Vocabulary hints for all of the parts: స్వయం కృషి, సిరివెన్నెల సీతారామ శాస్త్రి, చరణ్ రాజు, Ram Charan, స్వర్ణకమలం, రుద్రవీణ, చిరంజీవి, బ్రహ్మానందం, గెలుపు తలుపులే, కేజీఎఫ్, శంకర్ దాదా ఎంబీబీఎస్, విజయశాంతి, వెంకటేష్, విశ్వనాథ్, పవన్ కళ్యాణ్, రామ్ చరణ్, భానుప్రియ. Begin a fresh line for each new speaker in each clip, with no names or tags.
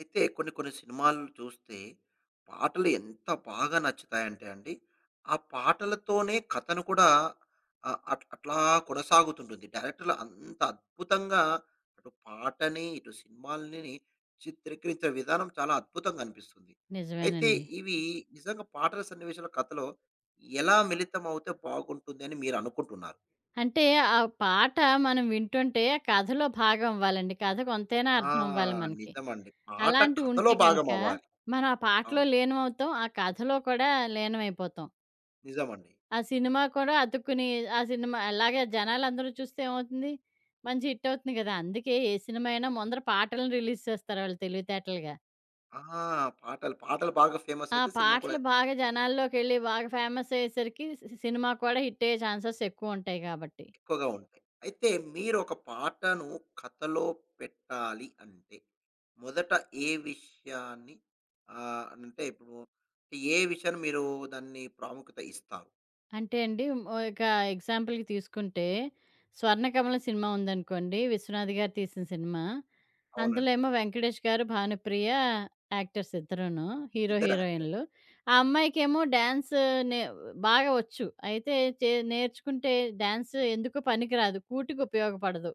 అయితే కొన్ని కొన్ని సినిమాలు చూస్తే పాటలు ఎంత బాగా నచ్చుతాయంటే అండి, ఆ పాటలతోనే కథను కూడా ఆహ్, అట్ అట్లా కొనసాగుతుంటుంది. డైరెక్టర్‌లు అంత అద్భుతంగా అటు పాటని, ఇటు సినిమాలని చిత్రీకరించే విధానం చాలా అద్భుతంగా అనిపిస్తుంది. అయితే
నిజమేనండి.
ఇవి నిజంగా పాటల సన్నివేశాల కథలో ఎలా మిళితం అవుతే బాగుంటుంది అని మీరు అనుకుంటున్నారు?
అంటే ఆ పాట మనం వింటుంటే ఆ కథలో భాగం అవ్వాలండి. కథ కొంతైనా
ఆ!
అర్థం అవ్వాలి మనకి.
నిజమండి. పాట
అలాంటివి
కథలో
ఉంటే
భాగం
గనక
అవ్వాలి.
మనం ఆ పాటలో
అవును.
లీనమవుతాం. ఆ కథలో కూడా లీనమైపోతాం.
నిజమండి.
ఆ సినిమా కూడా అతుక్కుని ఆ సినిమా అలాగే జనాలందరూ చూస్తే ఏమవుతుంది? మంచి హిట్ అవుతుంది కదా! అందుకే ఏ సినిమా అయినా ముందర పాటలను రిలీజ్ చేస్తారు వాళ్ళు తెలివితేటలుగా.
ఆ! పాటలు బాగా ఫేమస్
ఆ
అయితే సినిమా కూడా
పాటలు బాగా జనాల్లోకెళ్ళి బాగా ఫేమస్ అయ్యేసరికి సినిమా కూడా హిట్ అయ్యే ఛాన్సెస్ ఎక్కువుంటాయి కాబట్టి.
ఎక్కువగా ఉంటాయి. అయితే మీరు ఒక పాటను కథలో పెట్టాలి అంటే, మొదట ఏ విషయాన్ని అంటే ఇప్పుడు ఏ విషయాన్ని మీరు దాన్ని ప్రాముఖ్యత ఇస్తారు?
అంటే అండి, ఓహ్, ఇక ఎగ్జాంపుల్‌కి తీసుకుంటే 'స్వర్ణకమలం' సినిమా ఉందనుకోండి. విశ్వనాథ్ గారు తీసిన సినిమా. అందులో
అవునండి.
ఏమో 'వెంకటేష్' గారు, 'భానుప్రియ' యాక్టర్స్ ఇద్దరూను. హీరో,
ఇద్దరు యాక్టర్స్.
హీరోయిన్‌లు. ఆ అమ్మాయికేమో డాన్స్ నే బాగా వచ్చు. అయితే నేర్చుకుంటే డాన్స్ ఎందుకో పనికిరాదు. కూటికి ఉపయోగపడదు.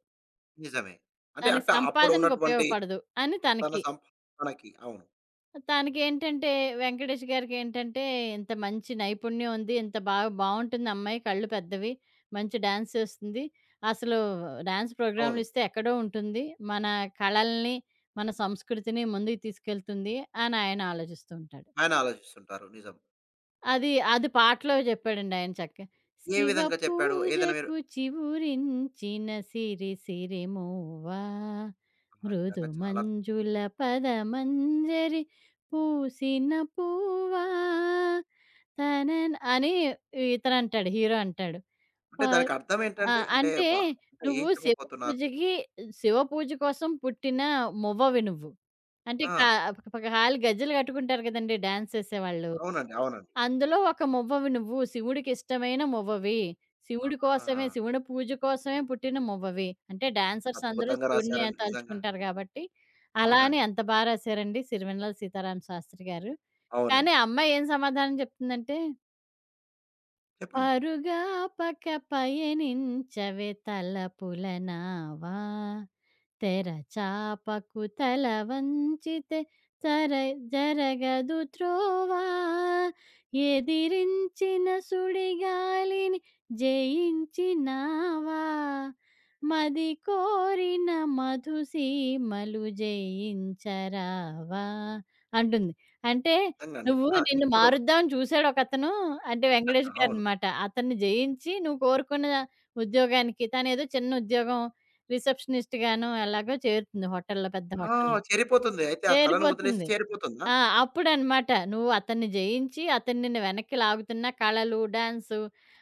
నిజమే. అంటే
దాని
అట్ట అప్పుడు
సంపాదనకు
ఉన్నటువంటి
ఉపయోగపడదు అని
తన
తనకి.
సంపాదనకి అవును.
తనకేంటంటే 'వెంకటేష్' గారికేంటంటే ఇంత మంచి నైపుణ్యం ఉంది. ఇంత బాగా బావుంటుంది అమ్మాయి. కళ్ళు పెద్దవి. మంచి డాన్స్ చేస్తుంది. అసలు డాన్స్
అవును.
ప్రోగ్రామ్‌లు ఇస్తే ఎక్కడో ఉంటుంది. మన కళల్ని, మన సంస్కృతిని ముందుకు తీసుకెళ్తుంది అని ఆయన ఆలోచిస్తూ ఉంటాడు.
ఆయన ఆలోచిస్తుంటారు. నిజం.
అది, అది పాటలో చెప్పాడండి ఆయన చక్కగా.
ఏ
శివ
విధంగా చెప్పాడు? ఏదైనా మీరు
పూజకు చివురించిన సిరి సిరిమూవా,
ఆ!
మృదు
నిజంగా చాలా
మంజుల పదమంజరి పూసిన పూవా, తనన్ అని ఇతనంటాడు. హీరో అంటాడు.
అంటే
పర్
దానికి అర్థం
ఆ!
ఏంటండి? అంటే
అంటే
బ అంటే ఏం
నువ్వు శివ
చెప్పబోతున్నారు?
పూజకి, శివ పూజ కోసం పుట్టిన మొవ్వవి నువ్వు. అంటే
ఆ!
కా ప కాలి గజ్జెలు కట్టుకుంటారు కదండీ డాన్స్ చేసేవాళ్ళు.
అవునండి. అవునండి.
అందులో ఒక మువ్వవి నువ్వు. శివుడికిష్టమైన మువ్వవి. శివుడి
ఆ!
కోసమే, శివుని పూజ కోసమే పుట్టిన మువ్వవి. అంటే డాన్సర్స్ అందరూ
అద్భుతంగా
శివుడిని
రాశారండి నిజంగా.
తలుచుకుంటారు గాబట్టి. అలా అని
అవునండి.
ఎంత రాశారండి 'సిరివెన్నెల సీతారామ శాస్త్రి' గారు. కానీ
అవునండి.
ఆ అమ్మాయి ఏం సమాధానం చెప్తుందంటే,
చెప్పండి.
పరుగాపక పయనించవే తలపుల నావా, తెరచాపకు తల వంచితే తర జరగదు త్రోవా, ఎదిరించిన సుడిగాలిని జయించినావా, మది కోరిన మధుసీమలు జయించరావా అంటుంది. అంటే
నిజంగా అండి.
నువ్వు
ఆ!
నిన్ను
ఇప్పుడు
మారుద్దామని చూసాడు ఒకతను. అంటే 'వెంకటేష్'
అవును.
గారనమాట. అతన్ని జయించి నువ్వు కోరుకున్న ఉద్యోగానికి తనేదో చిన్న ఉద్యోగం రిసెప్షనిస్ట్ గానో ఎలాగో చేరుతుంది హోటల్‌లో, పెద్ద
ఆ!
హోటల్‌లో.
చేరిపోతుంది. అయితే ఆ కళను వదిలేసి
చేరిపోతుంది.
చేరిపోతుందా?
ఆ! అప్పుడనమాట నువ్వు అతన్ని జయించి, అతను నిన్ను వెనక్కి లాగుతున్న కళలు, డాన్సు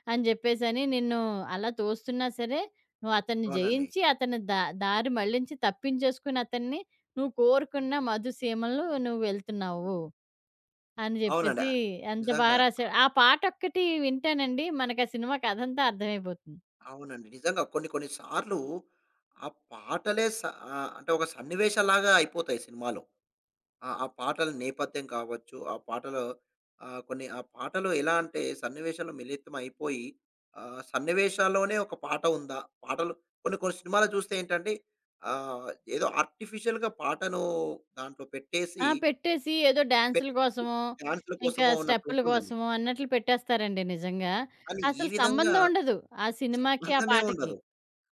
అని జెప్పేసని నిన్ను అలా తోస్తున్నా సరే, నువ్వు అతన్ని
అవునండి.
జయించి అతని దారి మళ్ళించి తప్పించేసుకుని అతన్ని, నువ్వు కోరుకున్న మధుసీమలు నువ్వు వెళ్తున్నావు అని
అవునండి.
జెప్పేసి
ఆ,
ఎంత
నిజంగా.
బాగా
ఆ,
రాసారు. ఆ పాటొక్కటి వింటేనండి మనకు ఆ సినిమా కథంతా అర్థమైపోతుంది.
అవునండి. నిజంగా కొన్ని కొన్ని సార్లు ఆ పాటలే స అంటే ఒక సన్నివేశంలాగా అయిపోతాయి సినిమాలో. ఆ! ఆ పాటల నేపథ్యం కావచ్చు, ఆ పాటలో కొన్ని ఆ పాటలు ఎలా అంటే సన్నివేశాలు మిళితం అయిపోయి సన్నివేశాల్లోనే ఒక పాట ఉందా? పాటలు కొన్ని కొన్ని సినిమాలు చూస్తే ఏంటంటే ఆహ్, ఏదో ఆర్టిఫిషియల్‌గా పాటను దాంట్లో పెట్టేసి
ఆ! పెట్టేసి ఏదో
పె
డాన్సుల కోసమో,
డాన్స్‌ల
ఇంకా
కోసమో
స్టెప్పుల
అన్నట్టుంటుందండి.
కోసమో అన్నట్లు పెట్టేస్తారండి నిజంగా.
కానీ ఈ
అసలు
విధంగా
సంబంధం ఉండదు ఆ సినిమాకి, ఆ
సంబంధమే
పాటకి.
ఉండదు.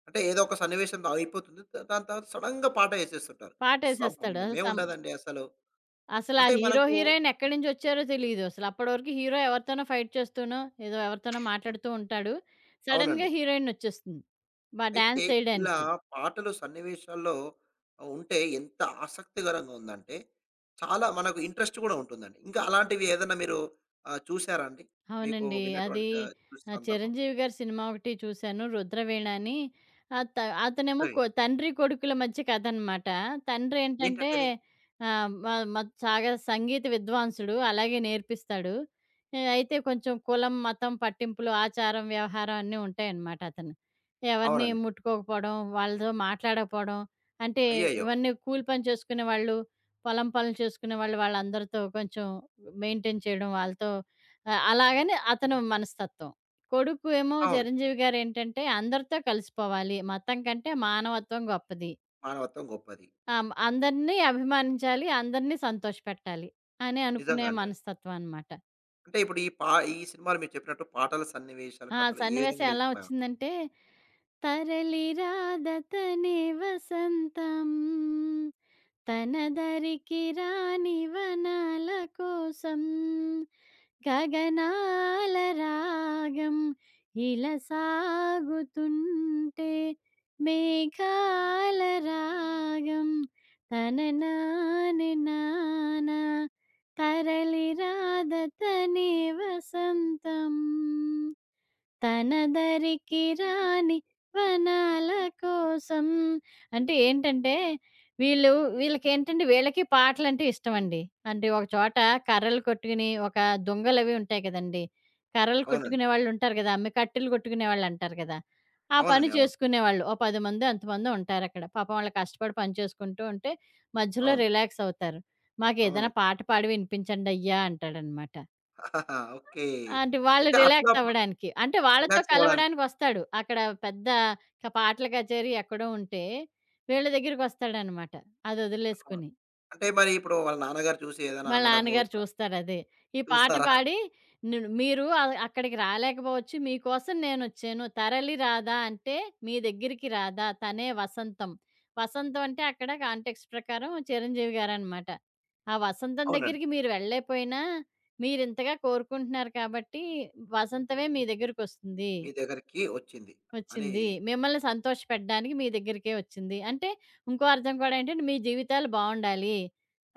అంటే ఏదో ఒక సన్నివేశం అయిపోతుంది. దా దాని తర్వాత సడెన్‌గా పాట యేసేస్తుంటారు.
పాటేసేస్తాడు. అసలు
సంబంధమే
సం
ఉండదండి అసలు.
అసలా
అంటే
హీరో,
మనకు
హీరోయిన్ ఎక్కడి నుంచొచ్చారో తెలీదు అసలు. అప్పటి వరకు హీరో ఎవరితోనో ఫైట్ చేస్తూనో, ఏదో ఎవరితోనో
హ్మ్.
మాట్లాడుతూ ఉంటాడు. సడెన్‌గా
అవునండి.
హీరోయినొచ్చేస్తుంది.
అయితే
డాన్స్
ఇలా
చేయడానికి.
పాటలు సన్నివేశాల్లో ఉంటే ఎంత ఆసక్తికరంగా ఉందంటే చాలా మనకు ఇంట్రెస్ట్ కూడా ఉంటుందండి. ఇంకా అలాంటివి ఏదైనా మీరు చూసారా అండి? మీకు
అవునండి. అది
విన్నటువంటి చూసిన సందర్భం.
'చిరంజీవి' గారి సినిమా ఒకటి చూశాను 'రుద్రవీణ' అని. ఆహ్, త అతనేమో
సరే.
తండ్రి కొడుకుల మధ్య కథనమాట. తండ్రేంటంటే
ఏంటంటే అది?
ఆహ్, మ మ సాగ సంగీత విద్వాంసుడు. అలాగే నేర్పిస్తాడు. అయితే కొంచెం కులం, మతం పట్టింపులు, ఆచారం, వ్యవహారం అన్నీ ఉంటాయన్నమాట అతను. ఎవరిని
అవునండి.
ముట్టుకోకపోవడం, వాళ్ళతో మాట్లాడకపోవడం, అంటే
అయ్యయ్యో!
ఇవన్నీ కూలి పని చేసుకునేవాళ్ళు, పొలం పనులు చేసుకునేవాళ్ళు, వాళ్ళందరితో కొంచెం మెయింటైన్ చేయడం వాళ్ళతో. ఆ! అలాగని అతను మనస్తత్వం. కొడుకు ఏమో
అవును.
చిరంజీవి గారేంటంటే అందరితో కలిసిపోవాలి. మతం కంటే మానవత్వం గొప్పది.
మానవత్వం గొప్పది.
అందరిని అభిమానించాలి. అందరిని సంతోషపెట్టాలి అని
నిజంగా
అనుకునే
అండి.
మనస్తత్వం అనమాట.
అంటే ఇప్పుడు ఈ పా ఈ సినిమాలు మీరు చెప్పినట్టు పాటల సన్నివేశాలు,
ఆ
కథలు ఏ
సన్నివేశం
విధంగా
ఎలా
వెళ్తున్నాయో
వచ్చిందంటే, తరలి రాదతనే వసంతం, తనదరికి రాని వనాల కోసం, గగనాల రాగం ఇలా సాగుతుంటే, మేఘాల రాగం, తన నాని నాన తరలి రాధ తనే వసంతం, తనదరికి రాని వనాల కోసం. అంటే ఏంటంటే, వీళ్ళు వీళ్ళకేంటంటే వీళ్ళకి పాటలంటే ఇష్టమండి. అంటే ఒక చోట కర్రలు కొట్టుకుని, ఒక దొంగలవి ఉంటాయి కదండీ! కర్రలు
అవునండి.
కొట్టుకునే వాళ్ళుంటారు కదా! అమ్మి కట్టెలు కొట్టుకునే వాళ్ళంటారు కదా! ఆ పని
అవునండి. అవును.
చేసుకునేవాళ్ళు. ఓ 10 మందో అంతమందో ఉంటారక్కడ. పాపం వాళ్ళు కష్టపడి పని చేసుకుంటూ ఉంటే, మధ్యలో
అవును.
రిలాక్స్ అవుతారు. "మాకేదైనా
అవునండి.
పాట పాడి వినిపించండయ్యా" అంటాడనమాట.
ఓకే.
అంటే వాళ్ళు
అయితే అట్లా
రిలాక్స్
ప
అవ్వడానికి. అంటే వాళ్ళతో
రిలాక్స్ అవ్వడానికి.
కలవడానికొస్తాడు. అక్కడ పెద్ద పాటల కచేరీ ఎక్కడో ఉంటే వీళ్ళ దగ్గరికొస్తాడనమాట, అదొదిలేసుకొని.
అంటే మరి ఇప్పుడు వాళ్ళ నాన్నగారు చూసి ఏదైనా
వాళ్ళ
అనడము
నాన్నగారు
ఇట్లా
చూస్తారదే. ఈ పాట
చూస్తారా?
పాడి మీరు అక్కడికి రాలేకపోవచ్చు. మీకోసం నేనొచ్చాను. తరలి రాదా అంటే మీ దగ్గరికి రాదా తనే వసంతం. వసంతం అంటే అక్కడ కాంటెక్స్ట్ ప్రకారం చిరంజీవి గారనమాట. ఆ వసంతం
అవునండి.
దగ్గరికి మీరు వెళ్ళలేకపోయినా మీరింతగా కోరుకుంటున్నారు కాబట్టి వసంతమే మీ దగ్గరికొస్తుంది.
మీ దగ్గరికి వచ్చింది అని
వచ్చింది. మిమ్మల్ని సంతోషపెట్టడానికి మీ దగ్గరికే వచ్చింది. అంటే ఇంకో అర్థం కూడా ఏంటంటే మీ జీవితాలు బావుండాలి.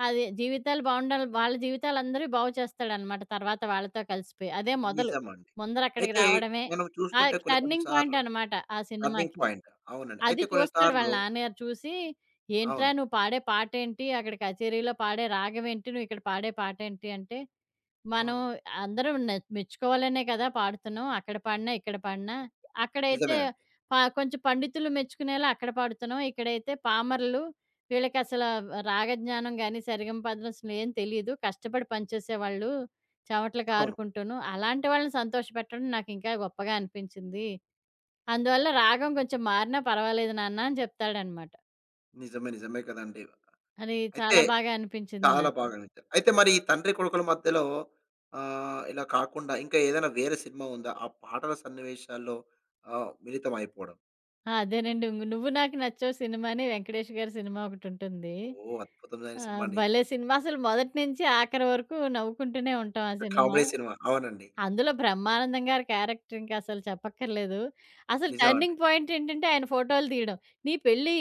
అది జీవితాలు బావుండాలి. వాళ్ళ జీవితాలందరివి బాగు చేస్తాడనమాట తర్వాత వాళ్ళతో కలిసిపోయి. అదే మొదలు.
నిజమండి.
ముందరక్కడికి
అయితే
రావడమే
మనం
ఆ
చూస్తుంటే కొన్ని కొన్ని
టర్నింగ్ పాయింట్
సార్లు
అనమాట ఆ
టర్నింగ్
సినిమాకి.
పాయింట్. అవునండి.
అది
అయితే కొన్ని
చూస్తాడు వాళ్ళ
సార్లు
నాన్నగారు చూసి, "ఏంట్రా
అవును.
నువ్వు పాడే పాటేంటి? అక్కడ కచేరీలో పాడే రాగమేంటి? నువ్వు ఇక్కడ పాడే పాటేంటి?" అంటే మనం
అవును.
అందరం మెచ్చుకోవాలనే కదా పాడుతున్నాం. అక్కడ పాడినా, ఇక్కడ పాడినా.
నిజమే
అక్కడైతే
అండి.
కొంచెం పండితులు మెచ్చుకునేలా అక్కడ పాడుతున్నాం. ఇక్కడైతే పామరులు, వీళ్ళకసల రాగజ్ఞానం గాని, సరిగమపదం అసలు ఏం తెలీదు. కష్టపడి పనిచేసేవాళ్ళు, చెమటలు
అవును.
కారుకుంటూను. అలాంటి వాళ్ళని సంతోషపెట్టడం నాకింకా గొప్పగా అనిపించింది. అందువల్ల రాగం కొంచెం మారినా పర్వాలేదు నాన్న అని చెప్తాడనమాట.
నిజమే, నిజమే కదండీ.
అది
అయితే
చాలా బాగా అనిపించింది
చాలా
నాకు.
బాగా నచ్చారు. అయితే మరి ఈ తండ్రి కొడుకుల మధ్యలో ఇలా కాకుండా ఇంకా ఏదైనా వేరే సినిమా ఉందా? ఆ పాటల సన్నివేశాల్లో మిళితం అయిపోవడం.
ఆ! అదేనండి. 'నువ్వు నాకు నచ్చావు' సినిమా అని వెంకటేష్ గారి సినిమా ఒకటుంటుంది.
ఓహ్! అద్భుతమైన
ఆ!
సినిమా అండి.
భలే సినిమా. అసలు మొదటి నుంచి ఆఖరి వరకు నవ్వుకుంటూనే ఉంటాం ఆ సినిమా.
Comedy cinema. అవునండి.
అందులో బ్రహ్మానందం గారి క్యారెక్టర్ ఇంక అసలు చెప్పక్కర్లేదు. అసలు
నిజమండి.
టర్నింగ్ పాయింట్ ఏంటంటే ఆయన ఫోటోలు తీయడం. "నీ పెళ్లి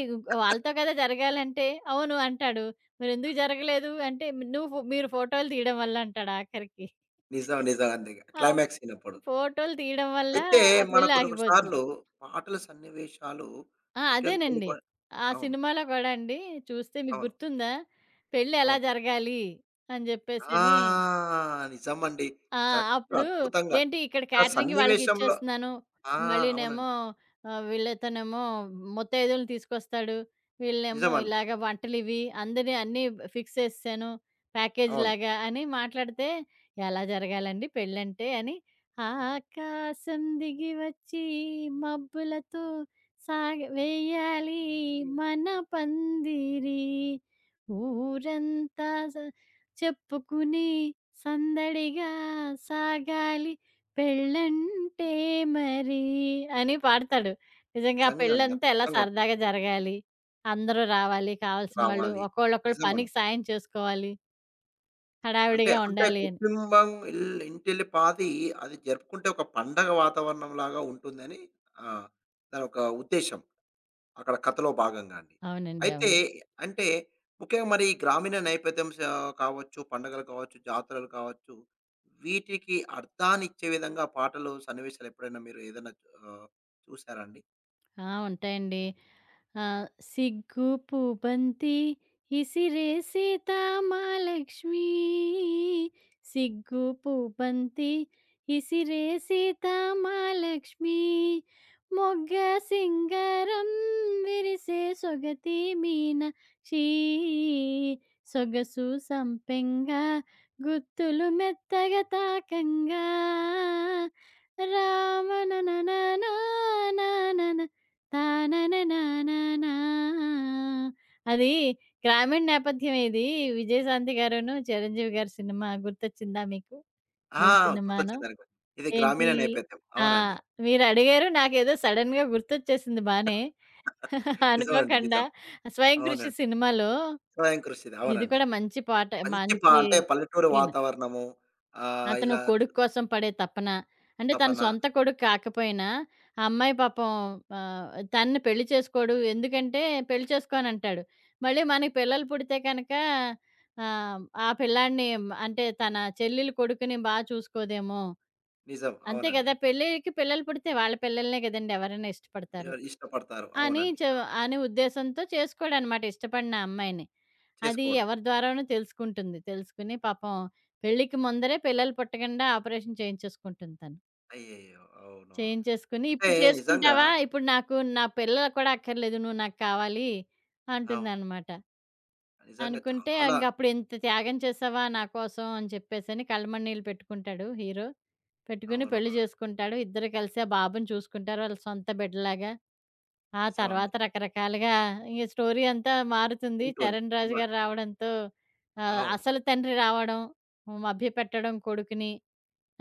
వాళ్ళతో కదా జరగాలంటే", "అవును" అంటాడు. "మరెందుకు జరగలేదు" అంటే, "నువ్వు ఫో మీరు ఫోటోలు తీయడం వల్ల" అంటాడు ఆఖరికి.
నిజం. నిజం అండి.
అవు
క్లైమాక్స్ సీనప్పుడు.
ఫోటోలు తీయడం వల్ల
అయితే
ఆ
మన
పెళ్లి
కొన్ని కొన్ని
ఆగిపోతుంది.
సార్లు పాటల సన్నివేశాలు
ఆ!
ముఖ్యంగా కొన్ని
అదేనండి.
కొన్ని
ఆ
అవును.
సినిమాలో కూడా అండి చూస్తే మీకు
అవును.
గుర్తుందా? "పెళ్లి ఎలా
అవును.
జరగాలి" అని చెప్పేసని,
ఆ! నిజమండి.
ఆ!
కరెక్ట్.
అప్పుడు
అద్భుతంగా.
ఏంటి ఇక్కడ
ఒక
క్యాటరింగ్
సన్నివేశంలో
వాళ్ళకిచ్చేస్తున్నాను.
ఆ!
మళ్ళీనేమో
అవునండి.
వీళ్ళతోనేమో ముత్తైదువలని తీసుకొస్తాడు. వీళ్ళనేమో
నిజమండి.
ఇలాగ వంటలివి అందరి అన్నీ ఫిక్స్ చేసేసాను.
అవును.
ప్యాకేజ్‌లాగా అని మాట్లాడితే, ఎలా జరగాలండి పెళ్ళంటే అని, ఆకాశం దిగి వచ్చి మబ్బులతో సాగ వేయాలి మన పందిరి, ఊరంతా స చెప్పుకుని సందడిగా సాగాలి పెళ్ళంటే మరి అని పాడతాడు. నిజంగా ఆ
నిజంగా అండి.
పెళ్ళంతా ఎలా
అద్భుతంగా ఉంటుంది.
సరదాగా జరగాలి. అందరూ రావాలి కావాల్సిన వాళ్ళు.
రావాలి.
ఒకళ్ళొకళ్ళు
నిజమండి.
పనికి సాయం చేసుకోవాలి.
అంటే
హడావిడిగా
అంటే
ఉండాలి అని.
కుటుంబం ఇల్ ఇంటిల్లిపాది అది జరుపుకుంటే ఒక పండగ వాతావరణంలాగా ఉంటుందని ఆ! దానొక ఉద్దేశ్యం. అక్కడ కథలో భాగంగా అండి.
అవునండి.
అయితే
అవును.
అంటే ముఖ్యంగా మరి ఈ గ్రామీణ నేపథ్యం స కావచ్చు, పండుగలు కావచ్చు, జాతరలు కావచ్చు, వీటికి అర్థాన్నిచ్చే విధంగా పాటలు, సన్నివేశాలు ఎప్పుడైనా మీరు ఏదైనా ఆహ్, చూసారా అండి?
ఆ! ఉంటాయండి. ఆ! సిగ్గు పూబంతి ఇసిరేసి సీతామాలక్ష్మి. సిగ్గు పూబంతి ఇసిరేసి సీతామాలక్ష్మి. మొగ్గ సింగారం విరిసే సొగతి మీనాక్షి. సొగసు సంపెంగ గుత్తులు మెత్తగా తాకంగా. రామ ననననా నానన తానననానానా. అది గ్రామీణ నేపథ్యమే ఇది. విజయశాంతి గారును, చిరంజీవి గారి సినిమా గుర్తొచ్చిందా మీకు?
ఆ!
ఏం సినిమానో?
గుర్తొచ్చిందండి. ఇది
ఏంటి
గ్రామీణ నేపథ్యం.
ఆ!
అవునండి.
మీరడిగారు నాకేదో సడెన్‌గా గుర్తొచ్చేసింది బానే.
నిజమండి.
అనుకోకుండా
నిజం.
'స్వయం కృషి'
అవునండి.
సినిమాలో.
స్వయం కృషిది.
ఇది
అవునండి.
కూడా మంచి పాట,
మంచి ప
మంచి
అంటే పల్లెటూరు
సీన్.
వాతావరణము ఆహ్,
అతను
ఇలా చు
కొడుకు కోసం పడే తపన. అంటే తన
తపన
సొంత కొడుకు కాకపోయినా, ఆ అమ్మాయి పాపం ఆహ్, తనని పెళ్లి చేసుకోడు. ఎందుకంటే పెళ్లి చేసుకోనంటాడు. మళ్ళీ మనకి పిల్లలు పుడితే కనుక ఆ పిల్లాడిని, అంటే తన చెల్లెలు కొడుకుని చూసుకోదేమో.
నిజం.
అంతే
అవునండి.
కదా! పెళ్ళికి పిల్లలు పుడితే వాళ్ళ పిల్లలనే కదండీ ఎవరైనా ఇష్టపడతారు.
ఎవరు ఇష్టపడతారు.
అని
అవునండి.
చ
అవును.
అనే ఉద్దేశంతో చేసుకోడనమాట ఇష్టపడిన అమ్మాయిని. అది
చేసుకోవడం.
ఎవరి ద్వారానో తెలుసుకుంటుంది. తెలుసుకుని పాపం పెళ్ళికి ముందరే పిల్లలు పుట్టకుండా ఆపరేషన్ చేయించేసుకుంటుంది తను.
అయ్యయ్యో! అవునవును.
చేయించేసుకొని,
అంటే
"ఇప్పుడు
నిజంగా
చేసుకుంటావా? ఇప్పుడు నాకు నా పిల్లలు కూడా అక్కర్లేదు. నువ్వు నాకు కావాలి"
అవును.
అంటుందనమాట.
నిజంగా
అనుకుంటే
చాలా
ఇంకప్పుడు "ఇంత త్యాగం చేసావా నా కోసం" అని చెప్పేసని కళ్ళమన్నీళ్ళు పెట్టుకుంటాడు హీరో. పెట్టుకుని పెళ్లి
అవునవును.
చేసుకుంటాడు. ఇద్దరు కలిసి ఆ బాబుని చూసుకుంటారు వాళ్ళ సొంత బిడ్డలాగా. ఆ తర్వాత
నిజమండి.
రకరకాలుగా ఈ స్టోరీ అంతా మారుతుంది.
ఉంటుంది.
'చరణ్ రాజు'
మ
గారు రావడంతో
అవును.
అసలు తండ్రి రావడం, మభ్యపెట్టడం కొడుకుని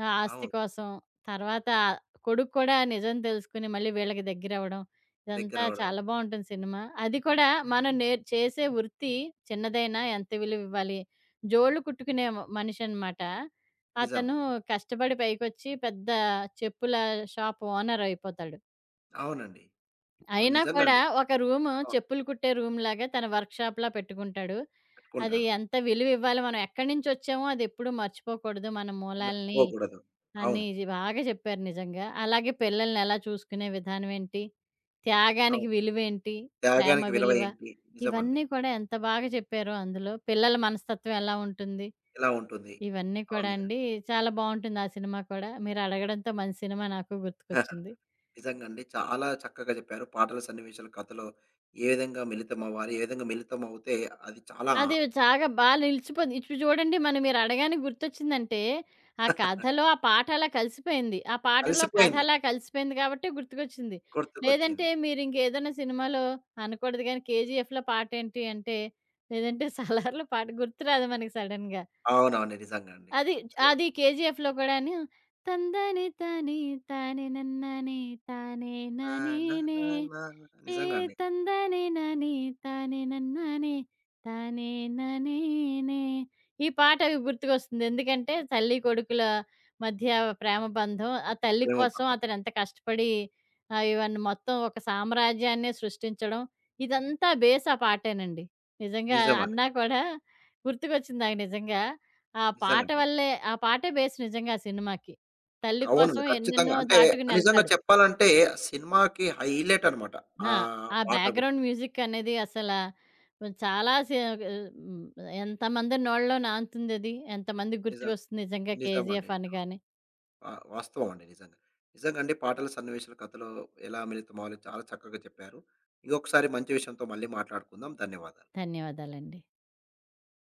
ఆస్తి
అవును.
కోసం. తర్వాత కొడుకు కూడా నిజం తెలుసుకొని మళ్ళీ వీళ్ళకి దగ్గరవ్వడం. ఇదంతా
దగ్గరవ్వడం.
చాలా బావుంటుంది సినిమా. అది కూడా, మనం చేసే వృత్తి చిన్నదైనా ఎంత విలువివ్వాలి. జోళ్ళు కుట్టుకునే మనిషనమాట.
నిజం.
అతను కష్టపడి పైకొచ్చి పెద్ద చెప్పుల షాప్ ఓనరయిపోతాడు.
అవునండి. సో,
అయినా
నిజంగా
కూడా
అండి.
ఒక రూము
అవును.
చెప్పులు కుట్టే రూమ్‌లాగా తన వర్క్‌షాప్‌లా పెట్టుకుంటాడు. అది
పెట్టుకుంటాడు.
ఎంత విలువ ఇవ్వాలి, మనం ఎక్కడి నుంచొచ్చామో అది ఎప్పుడూ మర్చిపోకూడదు మన మూలాల్ని.
మర్చిపోకూడదు.
అన్నీ
అవును.
ఇది బాగా చెప్పారు నిజంగా. అలాగే పిల్లల్ని ఎలా చూసుకునే విధానం ఏంటి, త్యాగానికి
అవును.
విలువేంటి, ప్రేమ
త్యాగానికి విలువ
విలువ,
ఏంటి? నిజమండి.
ఇవన్నీ కూడా ఎంత బాగా చెప్పారో అందులో. పిల్లల మనస్తత్వం ఎలా ఉంటుంది,
ఎలా ఉంటుంది?
ఇవన్నీ
అవును.
కూడా
నిజంగా.
అండి చాలా బావుంటుంది ఆ సినిమా కూడా. మీరు అడగడంతో మంచి సినిమా నాకు గుర్తుకొచ్చింది.
నిజంగా అండి. చాలా చక్కగా చెప్పారు. పాటల సన్నివేశాలు, కథలో ఏ విధంగా మిళితమవ్వాలి? ఏ విధంగా మిళితమవుతే అది చాలా
అది చాగా బా నిలిచిపోయింది. ఇప్పుడు చూడండి మనం, మీరు అడగానే గుర్తొచ్చిందంటే, ఆ కథలో ఆ పాట అలా కలిసిపోయింది, ఆ పాటలో కథ
కలిసిపోయింది.
అలా కలిసిపోయింది కాబట్టి గుర్తుకొచ్చింది. లేదంటే
గుర్తుకొచ్చింది.
మీరు ఇంకేదైనా సినిమాలో అనకూడదు గానీ 'కేజీఎఫ్‌లో' పాటేంటి అంటే, లేదంటే 'సలార్‌లో' పాట గుర్తురాదు మనకి సడెన్‌గా.
అవునవును. నిజంగా అండి.
అది
సో
అది 'కేజీఎఫ్‌లో' కూడాను తందనే తానే తానె నన్నానే తానే
ఆ! నా
నానేనే,
నా నా
ఏ
నిజంగా అండి.
తందానే నానే తానే నన్నానే తానే నానేనే, ఈ పాట గుర్తుకొస్తుంది. ఎందుకంటే తల్లి కొడుకుల మధ్య ప్రేమ బంధం. ఆ తల్లి
ప్రేమ
కోసం
పాటలు.
అతను ఎంత కష్టపడి ఇవన్నీ మొత్తం ఒక సామ్రాజ్యాన్నే సృష్టించడం. ఇదంతా బేస్ ఆ పాటేనండి. నిజంగా
నిజమండి.
అన్నా కూడా గుర్తుకొచ్చింది నాకు నిజంగా. ఆ పాట
నిజంగండి.
వల్లే, ఆ పాటే బేస్ నిజంగా ఆ సినిమాకి. 'తల్లి
అవునండి.
కోసం'
ఖచ్చితంగా.
ఎన్నెన్నో
అంటే నిజంగా
దాటుకునెళ్తాడు.
చెప్పాలంటే సినిమాకి హైలైట్ అనమాట. ఆ
ఆ! ఆ
పాట గూడా.
బ్యాక్‌గ్రౌండ్ మ్యూజిక్ అనేది చాలా హ్మ్. ఎంతమంది నోళ్ళలో నానుతుందది. ఎంతమందికి
నిజం.
గుర్తుకొస్తుంది నిజంగా
నిజమండి.
'కేజీఎఫ్' అనగానే.
ఆ! వాస్తవం అండి నిజంగా. నిజంగా అండి పాటల సన్నివేశాలు, కథలు ఎలా మిళితమవ్వాలి చాలా చక్కగా చెప్పారు. ఇంకొకసారి మంచి విషయంతో మళ్ళీ మాట్లాడుకుందాం. ధన్యవాదాలు.
ధన్యవాదాలండి.